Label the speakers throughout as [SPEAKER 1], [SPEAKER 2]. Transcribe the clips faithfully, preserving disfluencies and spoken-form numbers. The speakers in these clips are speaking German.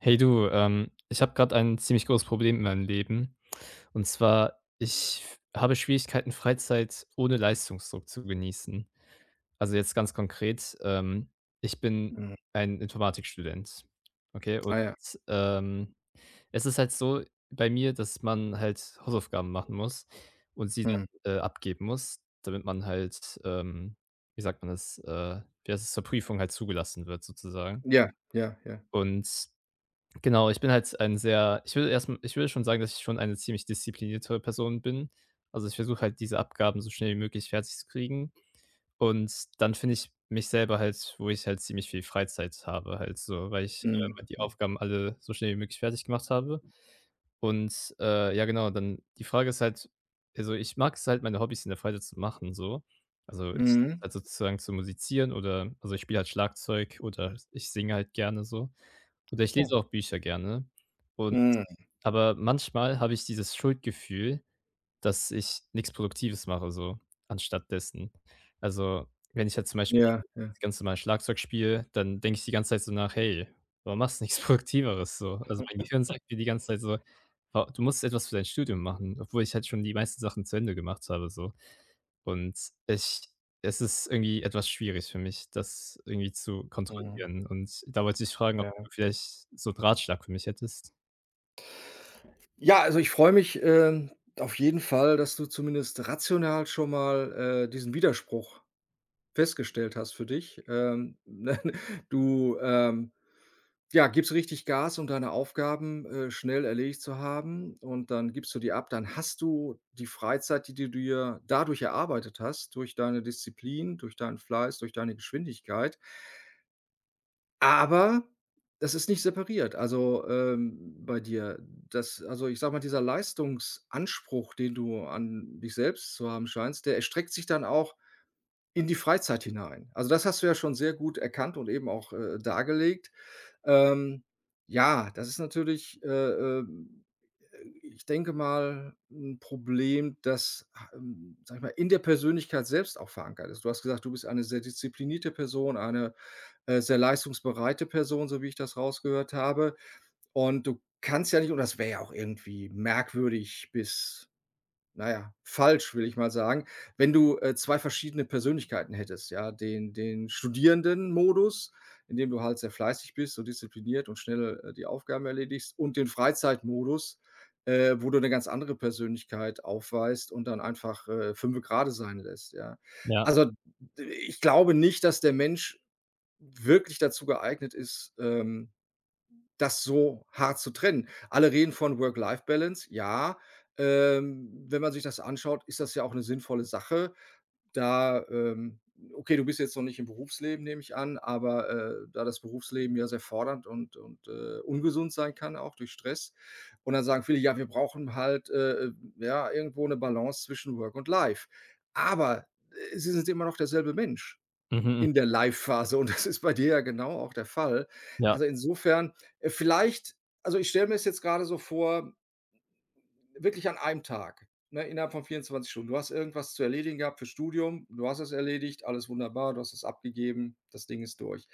[SPEAKER 1] Hey du, ähm, ich habe gerade ein ziemlich großes Problem in meinem Leben. Und zwar, ich f- habe Schwierigkeiten, Freizeit ohne Leistungsdruck zu genießen. Also jetzt ganz konkret, ähm, ich bin
[SPEAKER 2] Mhm.
[SPEAKER 1] ein Informatikstudent. Okay, und
[SPEAKER 2] Ah ja.
[SPEAKER 1] ähm, es ist halt so bei mir, dass man halt Hausaufgaben machen muss und sie
[SPEAKER 2] Mhm.
[SPEAKER 1] dann äh, abgeben muss, damit man halt, ähm, wie sagt man das, äh, wie heißt es, zur Prüfung halt zugelassen wird sozusagen.
[SPEAKER 2] Ja, ja, ja.
[SPEAKER 1] Und genau, ich bin halt ein sehr ich würde erstmal. Ich würde schon sagen, dass ich schon eine ziemlich disziplinierte Person bin. Also, ich versuche halt, diese Abgaben so schnell wie möglich fertig zu kriegen und dann finde ich mich selber halt, wo ich halt ziemlich viel Freizeit habe halt so, weil ich,
[SPEAKER 2] Mhm,
[SPEAKER 1] ähm, die
[SPEAKER 2] mhm.
[SPEAKER 1] Aufgaben alle so schnell wie möglich fertig gemacht habe und, äh, ja genau, dann die Frage ist halt, also, ich mag es halt, meine Hobbys in der Freizeit zu machen so. Also, ich
[SPEAKER 2] Mhm.
[SPEAKER 1] halt sozusagen zu musizieren oder, also, ich spiele halt Schlagzeug oder ich singe halt gerne so. Oder ich lese
[SPEAKER 2] Oh.
[SPEAKER 1] auch Bücher gerne, und
[SPEAKER 2] Mhm.
[SPEAKER 1] aber manchmal habe ich dieses Schuldgefühl, dass ich nix Produktives mache so anstatt dessen. Also, wenn ich jetzt zum Beispiel
[SPEAKER 2] Ja, ja.
[SPEAKER 1] das ganz normal Schlagzeug spiele, dann denke ich die ganze Zeit so nach: „Hey, warum machst du nix Produktiveres so?“ Also, mein Gehirn sagt mir die ganze Zeit so: „Wa du musst etwas für dein Studium machen“, obwohl ich halt schon die meisten Sachen zu Ende gemacht habe so. Und ich, es ist irgendwie etwas schwierig für mich, das irgendwie zu
[SPEAKER 2] Mhm.
[SPEAKER 1] kontrollieren. Und da wollte ich fragen, ob
[SPEAKER 2] Ja.
[SPEAKER 1] du vielleicht so Drahtschlag für mich hättest?
[SPEAKER 2] Ja, also ich freue mich, ähm, auf jeden Fall, dass du zumindest rational schon mal, äh, diesen Widerspruch festgestellt hast für dich. Ähm, du, ähm Ja, gibst richtig Gas, um deine Aufgaben, äh, schnell erledigt zu haben, und dann gibst du die ab. Dann hast du die Freizeit, die du dir dadurch erarbeitet hast, durch deine Disziplin, durch deinen Fleiß, durch deine Geschwindigkeit. Aber das ist nicht separiert, also, ähm, bei dir. Das Also, ich sage mal, dieser Leistungsanspruch, den du an dich selbst zu haben scheinst, der erstreckt sich dann auch in die Freizeit hinein. Also, das hast du ja schon sehr gut erkannt und eben auch, äh, dargelegt. Ähm, ja, das ist natürlich, äh, ähm, ich denke mal, ein Problem, das, ha ähm, sage ich mal, in der Persönlichkeit selbst auch verankert ist. Du hast gesagt, du bist eine sehr disziplinierte Person, eine, äh, sehr leistungsbereite Person, so wie ich das rausgehört habe. Und du kannst ja nicht, und das wäre ja auch irgendwie merkwürdig bis naja, falsch, will ich mal sagen. Wenn du, äh, zwei verschiedene Persönlichkeiten hättest, ja, den den Studierenden-Modus, in dem du halt sehr fleißig bist und diszipliniert und schnell, äh, die Aufgaben erledigst, und den Freizeitmodus, äh, wo du eine ganz andere Persönlichkeit aufweist und dann einfach, äh, fünfe grade sein lässt, ja.
[SPEAKER 1] Ja.
[SPEAKER 2] Also, d ich glaube nicht, dass der Mensch wirklich dazu geeignet ist, ähm das so hart zu trennen. Alle reden von Work-Life-Balance. Ja, ähm, wenn man sich das anschaut, ist das ja auch eine sinnvolle Sache. Da, ähm okay, du bist jetzt noch nicht im Berufsleben, nehme ich an, aber, äh, da das Berufsleben ja sehr fordernd und und, äh, ungesund sein kann, auch durch Stress. Und dann sagen viele: „Ja, wir brauchen halt, äh, äh, ja, irgendwo eine Balance zwischen Work und Life.“ Aber, äh, sie sind immer noch derselbe Mensch.
[SPEAKER 1] Mhm, mhm.
[SPEAKER 2] In der Live-Phase, und das ist bei dir ja genau auch der Fall.
[SPEAKER 1] Ja.
[SPEAKER 2] Also, insofern, äh, vielleicht also, ich stelle mir es jetzt grade so vor, wirklich an einem Tag, ne, innerhalb von vierundzwanzig Stunden. Du hast irgendwas zu erledigen gehabt für Studium, du hast es erledigt, alles wunderbar, du hast es abgegeben, das Ding ist durch.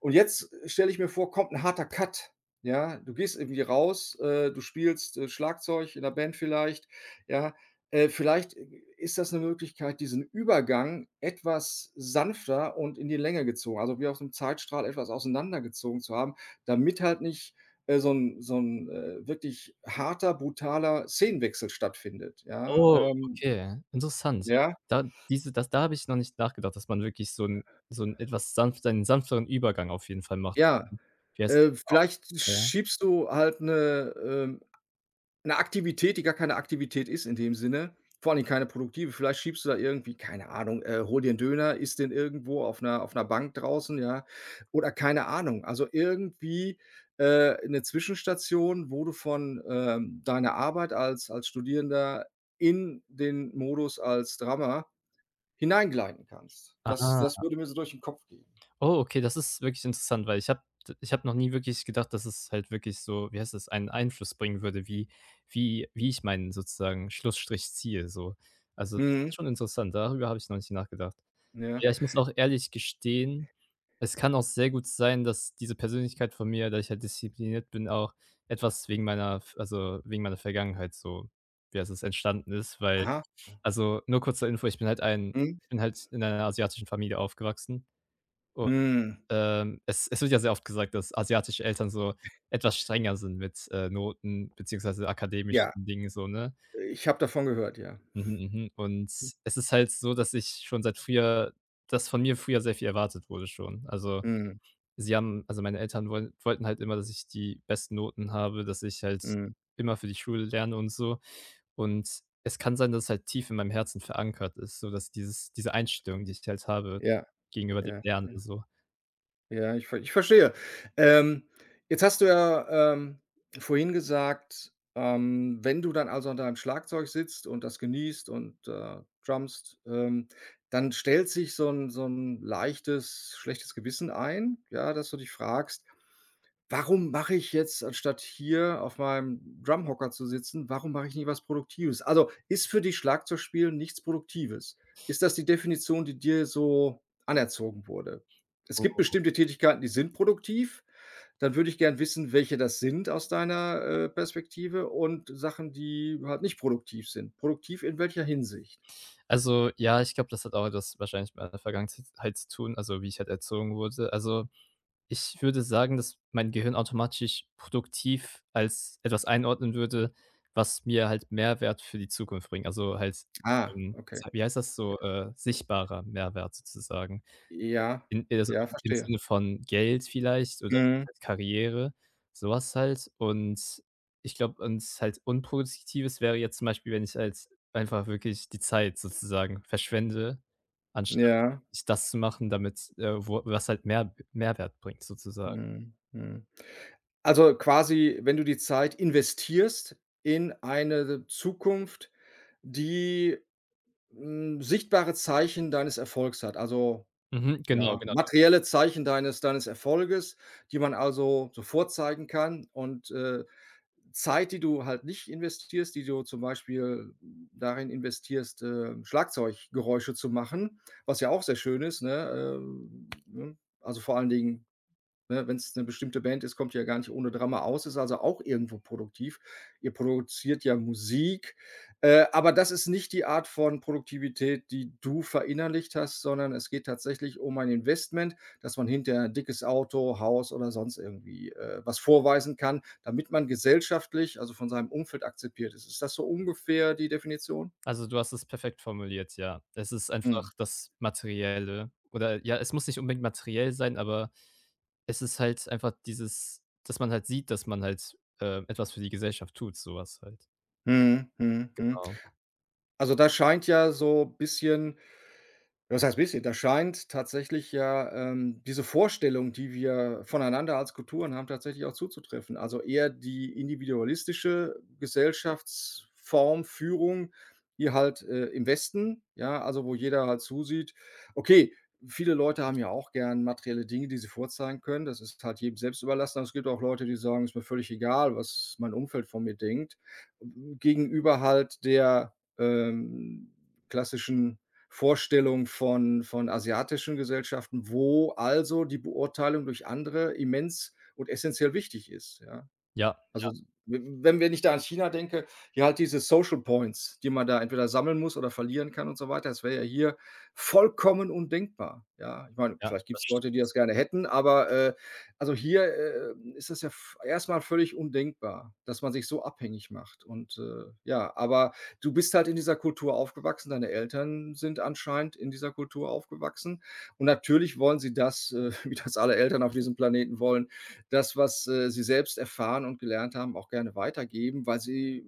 [SPEAKER 2] Und jetzt äh, stelle ich mir vor, kommt ein harter Cut, ja? Du gehst irgendwie raus, äh, du spielst, äh, Schlagzeug in der Band vielleicht, ja? Äh, vielleicht äh, ist das eine Möglichkeit, diesen Übergang etwas sanfter und in die Länge gezogen, also wie auf einem Zeitstrahl etwas auseinandergezogen zu haben, damit halt nicht äh, so 'n so 'n, äh, wirklich harter, brutaler Szenenwechsel stattfindet, ja,
[SPEAKER 1] Oh,
[SPEAKER 2] ähm,
[SPEAKER 1] okay, interessant.
[SPEAKER 2] ja,
[SPEAKER 1] Da diese das, da habe ich noch nicht nachgedacht, dass man wirklich so ein, so ein etwas sanft einen sanfteren Übergang auf jeden Fall macht.
[SPEAKER 2] ja.
[SPEAKER 1] Wie heißt
[SPEAKER 2] Äh, vielleicht
[SPEAKER 1] das? Ja?
[SPEAKER 2] schiebst du halt 'ne, ähm 'ne Aktivität, die gar keine Aktivität ist in dem Sinne, vor allen Dingen keine produktive. Vielleicht schiebst du da irgendwie, keine Ahnung, äh, hol dir 'n Döner, isst den irgendwo auf 'ner auf 'ner Bank draußen, ja, oder keine Ahnung. Also, irgendwie, äh, 'ne Zwischenstation, wo du von, ähm, deiner Arbeit als als Studierender in den Modus als Drummer hineingleiten kannst. Das das
[SPEAKER 1] Ah.
[SPEAKER 2] würde mir so durch den Kopf gehen.
[SPEAKER 1] Oh, okay, das ist wirklich interessant, weil ich habe ich habe noch nie wirklich gedacht, dass es halt wirklich so, wie heißt es, einen Einfluss bringen würde, wie wie wie ich meinen sozusagen Schlussstrich ziehe so. Also, das
[SPEAKER 2] Mhm.
[SPEAKER 1] ist schon interessant, darüber habe ich noch nicht nachgedacht.
[SPEAKER 2] Ja.
[SPEAKER 1] Ja, ich muss auch ehrlich gestehen, es kann auch sehr gut sein, dass diese Persönlichkeit von mir, da ich halt diszipliniert bin, auch etwas wegen meiner F also, wegen meiner Vergangenheit so, wie heißt es, entstanden ist, weil,
[SPEAKER 2] Aha.
[SPEAKER 1] also, nur kurz zur Info, ich bin halt ein
[SPEAKER 2] Mhm.
[SPEAKER 1] ich bin halt in einer asiatischen Familie aufgewachsen und
[SPEAKER 2] Mhm.
[SPEAKER 1] ähm, es es wird ja sehr oft gesagt, dass asiatische Eltern so etwas strenger sind mit, äh, Noten beziehungsweise akademischen
[SPEAKER 2] Ja,
[SPEAKER 1] Dingen so, ne?
[SPEAKER 2] ich habe davon gehört, ja.
[SPEAKER 1] Mhm, mhm. Und es ist halt so, dass ich schon seit früher, dass von mir früher sehr viel erwartet wurde schon. Also,
[SPEAKER 2] Mhm.
[SPEAKER 1] sie haben also, meine Eltern wollen wollten halt immer, dass ich die besten Noten habe, dass ich halt
[SPEAKER 2] Mhm.
[SPEAKER 1] immer für die Schule lerne und so. Und es kann sein, dass es halt tief in meinem Herzen verankert ist, so dass dieses diese Einstellung, die ich halt habe
[SPEAKER 2] Ja,
[SPEAKER 1] gegenüber dem
[SPEAKER 2] ja,
[SPEAKER 1] Lernen
[SPEAKER 2] ja.
[SPEAKER 1] so.
[SPEAKER 2] Ja, ich ver ich verstehe. Ähm, Jetzt hast du ja, ähm, vorhin gesagt, ähm, wenn du dann also an deinem Schlagzeug sitzt und das genießt und, äh, drummst, ähm, dann stellt sich so ein so ein leichtes schlechtes Gewissen ein, ja, dass du dich fragst: Warum mache ich jetzt, anstatt hier auf meinem Drumhocker zu sitzen, warum mache ich nicht was Produktives? Also, ist für dich Schlagzeugspielen nichts Produktives? Ist das die Definition, die dir so anerzogen wurde? Es gibt bestimmte Tätigkeiten, die sind produktiv. Dann würde ich gern wissen, welche das sind aus deiner, äh, Perspektive, und Sachen, die halt nicht produktiv sind. Produktiv in welcher Hinsicht?
[SPEAKER 1] Also, ja, ich glaube, das hat auch etwas wahrscheinlich mit meiner Vergangenheit zu tun, also, wie ich halt erzogen wurde. Also, ich würde sagen, dass mein Gehirn automatisch produktiv als etwas einordnen würde, was mir halt Mehrwert für die Zukunft bringt. Also, halt,
[SPEAKER 2] Ah,
[SPEAKER 1] ähm,
[SPEAKER 2] okay.
[SPEAKER 1] wie heißt das
[SPEAKER 2] Ja.
[SPEAKER 1] so, äh, sichtbarer Mehrwert sozusagen.
[SPEAKER 2] Ja,
[SPEAKER 1] In äh, also,
[SPEAKER 2] ja,
[SPEAKER 1] im
[SPEAKER 2] verstehe.
[SPEAKER 1] Sinne von Geld vielleicht oder
[SPEAKER 2] Mhm.
[SPEAKER 1] halt Karriere, sowas halt. Und ich glaube, und halt Unproduktives wäre jetzt zum Beispiel, wenn ich halt einfach wirklich die Zeit sozusagen verschwende, anstatt
[SPEAKER 2] Ja.
[SPEAKER 1] wirklich das zu machen, damit, äh, wo was halt mehr Mehrwert bringt sozusagen.
[SPEAKER 2] Mhm, mhm. Also, quasi, wenn du die Zeit investierst in eine Zukunft, die, hm, sichtbare Zeichen deines Erfolgs hat. Also,
[SPEAKER 1] Mhm, genau,
[SPEAKER 2] ja,
[SPEAKER 1] genau.
[SPEAKER 2] materielle Zeichen deines deines Erfolges, die man also sofort zeigen kann, und, äh, Zeit, die du halt nicht investierst, die du zum Beispiel darin investierst, ähm, Schlagzeuggeräusche zu machen, was ja auch sehr schön ist, ne? Ähm, ne? Also, vor allen Dingen, ne, wenn es eine bestimmte Band ist, kommt ihr ja gar nicht ohne Drama aus, ist also auch irgendwo produktiv. Ihr produziert ja Musik, äh, aber das ist nicht die Art von Produktivität, die du verinnerlicht hast, sondern es geht tatsächlich um ein Investment, dass man hinterher ein dickes Auto, Haus oder sonst irgendwie, äh, was vorweisen kann, damit man gesellschaftlich, also von seinem Umfeld akzeptiert ist. Ist das so ungefähr die Definition?
[SPEAKER 1] Also, du hast es perfekt formuliert, ja. Es ist einfach
[SPEAKER 2] Mhm.
[SPEAKER 1] das Materielle oder ja, es muss nicht unbedingt materiell sein, aber es ist halt einfach dieses, dass man halt sieht, dass man halt, äh, etwas für die Gesellschaft tut, sowas halt.
[SPEAKER 2] Mhm, mhm, mhm.
[SPEAKER 1] Genau.
[SPEAKER 2] Also, da scheint ja so ein bisschen Das heißt bisschen? Da scheint tatsächlich ja, ähm, diese Vorstellung, die wir voneinander als Kulturen haben, tatsächlich auch zuzutreffen. Also eher die individualistische Gesellschaftsform, Führung, hier halt, äh, im Westen, ja, also wo jeder halt zusieht. Okay, viele Leute haben ja auch gern materielle Dinge, die sie vorzeigen können. Das ist halt jedem selbst überlassen, aber es gibt auch Leute, die sagen: „Ist mir völlig egal, was mein Umfeld von mir denkt.“ Gegenüber halt der, ähm, klassischen Vorstellung von von asiatischen Gesellschaften, wo also die Beurteilung durch andere immens und essentiell wichtig ist, ja.
[SPEAKER 1] Ja,
[SPEAKER 2] Also, we wenn wenn ich da an China denke, ja, halt diese Social Points, die man da entweder sammeln muss oder verlieren kann und so weiter, das wäre ja hier vollkommen undenkbar. Ja, ich meine,
[SPEAKER 1] ja,
[SPEAKER 2] vielleicht
[SPEAKER 1] das
[SPEAKER 2] gibt es
[SPEAKER 1] stimmt.
[SPEAKER 2] Leute, die das gerne hätten, aber, äh, also, hier, äh, ist das ja v erst völlig undenkbar, dass man sich so abhängig macht und, äh, ja, aber du bist halt in dieser Kultur aufgewachsen, deine Eltern sind anscheinend in dieser Kultur aufgewachsen, und natürlich wollen sie das, äh, wie das alle Eltern auf diesem Planeten wollen, das, was, äh, sie selbst erfahren und gelernt haben, auch gerne weitergeben, weil sie,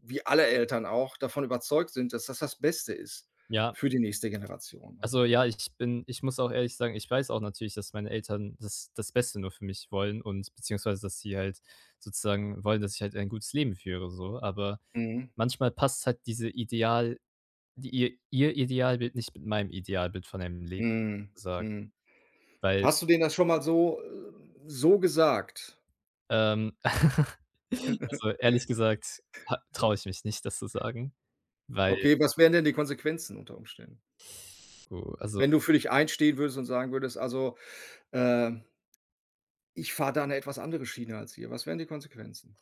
[SPEAKER 2] wie alle Eltern auch, davon überzeugt sind, dass das das Beste ist
[SPEAKER 1] Ja,
[SPEAKER 2] für die nächste Generation, ne?
[SPEAKER 1] also, ja, ich bin ich muss auch ehrlich sagen, ich weiß auch natürlich, dass meine Eltern das das Beste nur für mich wollen und beziehungsweise, dass sie halt sozusagen wollen, dass ich halt ein gutes Leben führe so, aber
[SPEAKER 2] Mhm.
[SPEAKER 1] manchmal passt halt diese Ideal, die ihr ihr Idealbild nicht mit meinem Idealbild von einem Leben
[SPEAKER 2] Mhm.
[SPEAKER 1] gesagt,
[SPEAKER 2] Mhm.
[SPEAKER 1] weil,
[SPEAKER 2] Hast du denen das schon mal so äh, so gesagt?
[SPEAKER 1] ähm also, ehrlich gesagt traue ich mich nicht, das zu sagen. Weil
[SPEAKER 2] Okay, was wären denn die Konsequenzen unter Umständen?
[SPEAKER 1] oh, also,
[SPEAKER 2] Wenn du für dich einstehen würdest und sagen würdest: „Also, ähm, ich fahre da eine etwas andere Schiene als ihr.“ Was wären die Konsequenzen?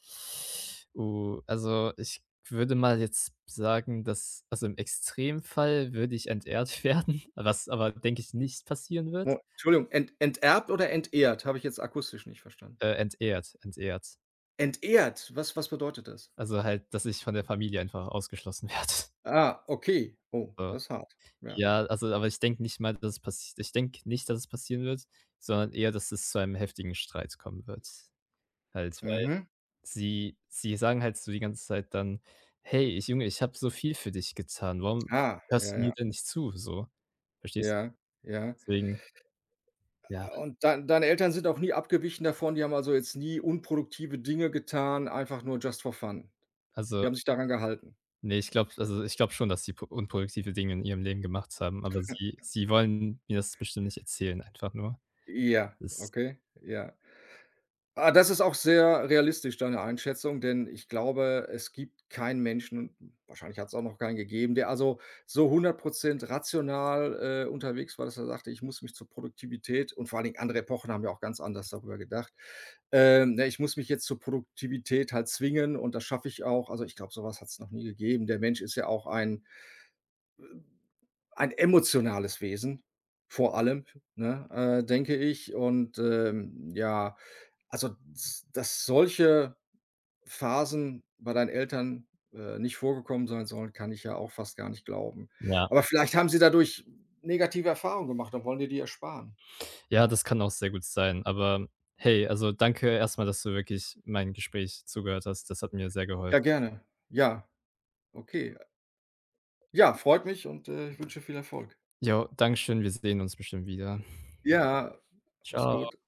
[SPEAKER 1] oh, also, ich würde mal jetzt sagen, dass, also, im Extremfall würde ich entehrt werden, was aber, denke ich, nicht passieren wird.
[SPEAKER 2] Wo Entschuldigung, ent enterbt oder entehrt? Habe ich jetzt akustisch nicht verstanden.
[SPEAKER 1] Äh, entehrt, entehrt.
[SPEAKER 2] Entehrt? Was was bedeutet das?
[SPEAKER 1] Also, halt, dass ich von der Familie einfach ausgeschlossen werde.
[SPEAKER 2] Ah, okay. Oh,
[SPEAKER 1] So.
[SPEAKER 2] das ist hart. Ja.
[SPEAKER 1] Ja, also, aber ich denke nicht mal, dass es passiert. Ich denke nicht, dass es passieren wird, sondern eher, dass es zu einem heftigen Streit kommen wird. Halt
[SPEAKER 2] Mhm.
[SPEAKER 1] Sie sie sagen halt so die ganze Zeit dann: „Hey, ich Junge, ich habe so viel für dich getan. Warum
[SPEAKER 2] Ah,
[SPEAKER 1] hörst
[SPEAKER 2] ja,
[SPEAKER 1] du mir
[SPEAKER 2] ja.
[SPEAKER 1] denn nicht zu?“ So, verstehst du?
[SPEAKER 2] Ja, ja.
[SPEAKER 1] Deswegen, ja,
[SPEAKER 2] Und dei deine Eltern sind auch nie abgewichen davon, die haben also jetzt nie unproduktive Dinge getan, einfach nur just for fun.
[SPEAKER 1] also,
[SPEAKER 2] Die haben sich daran gehalten.
[SPEAKER 1] ne, ich glaube, also, ich glaube schon, dass sie po unproduktive Dinge in ihrem Leben gemacht haben, aber sie sie wollen mir das bestimmt nicht erzählen einfach nur.
[SPEAKER 2] Ja,
[SPEAKER 1] Das
[SPEAKER 2] okay, ja. Ah, das ist auch sehr realistisch, deine Einschätzung, denn ich glaube, es gibt keinen Menschen, und wahrscheinlich hat es auch noch keinen gegeben, der also so hundert Prozent rational, äh, unterwegs war, dass er sagte: „Ich muss mich zur Produktivität“, und vor allen Dingen andere Epochen haben ja auch ganz anders darüber gedacht. Ähm, ne: „Ich muss mich jetzt zur Produktivität halt zwingen, und das schaffe ich auch.“ Also, ich glaube, sowas hat es noch nie gegeben. Der Mensch ist ja auch ein ein emotionales Wesen, vor allem, ne, äh, denke ich. Und, ähm, ja, also, s dass solche Phasen bei deinen Eltern, äh, nicht vorgekommen sein sollen, kann ich ja auch fast gar nicht glauben.
[SPEAKER 1] ja.
[SPEAKER 2] Aber vielleicht haben sie dadurch negative Erfahrungen gemacht und wollen dir die ersparen.
[SPEAKER 1] Ja, das kann auch sehr gut sein, aber hey, also, danke erstmal, dass du wirklich mein Gespräch zugehört hast. Das hat mir sehr geholfen.
[SPEAKER 2] Ja, gerne. Ja, okay. Ja, freut mich, und, äh, ich wünsche viel Erfolg.
[SPEAKER 1] Jo, danke schön. Wir sehen uns bestimmt wieder.
[SPEAKER 2] Ja, mach's
[SPEAKER 1] Ciao.
[SPEAKER 2] gut.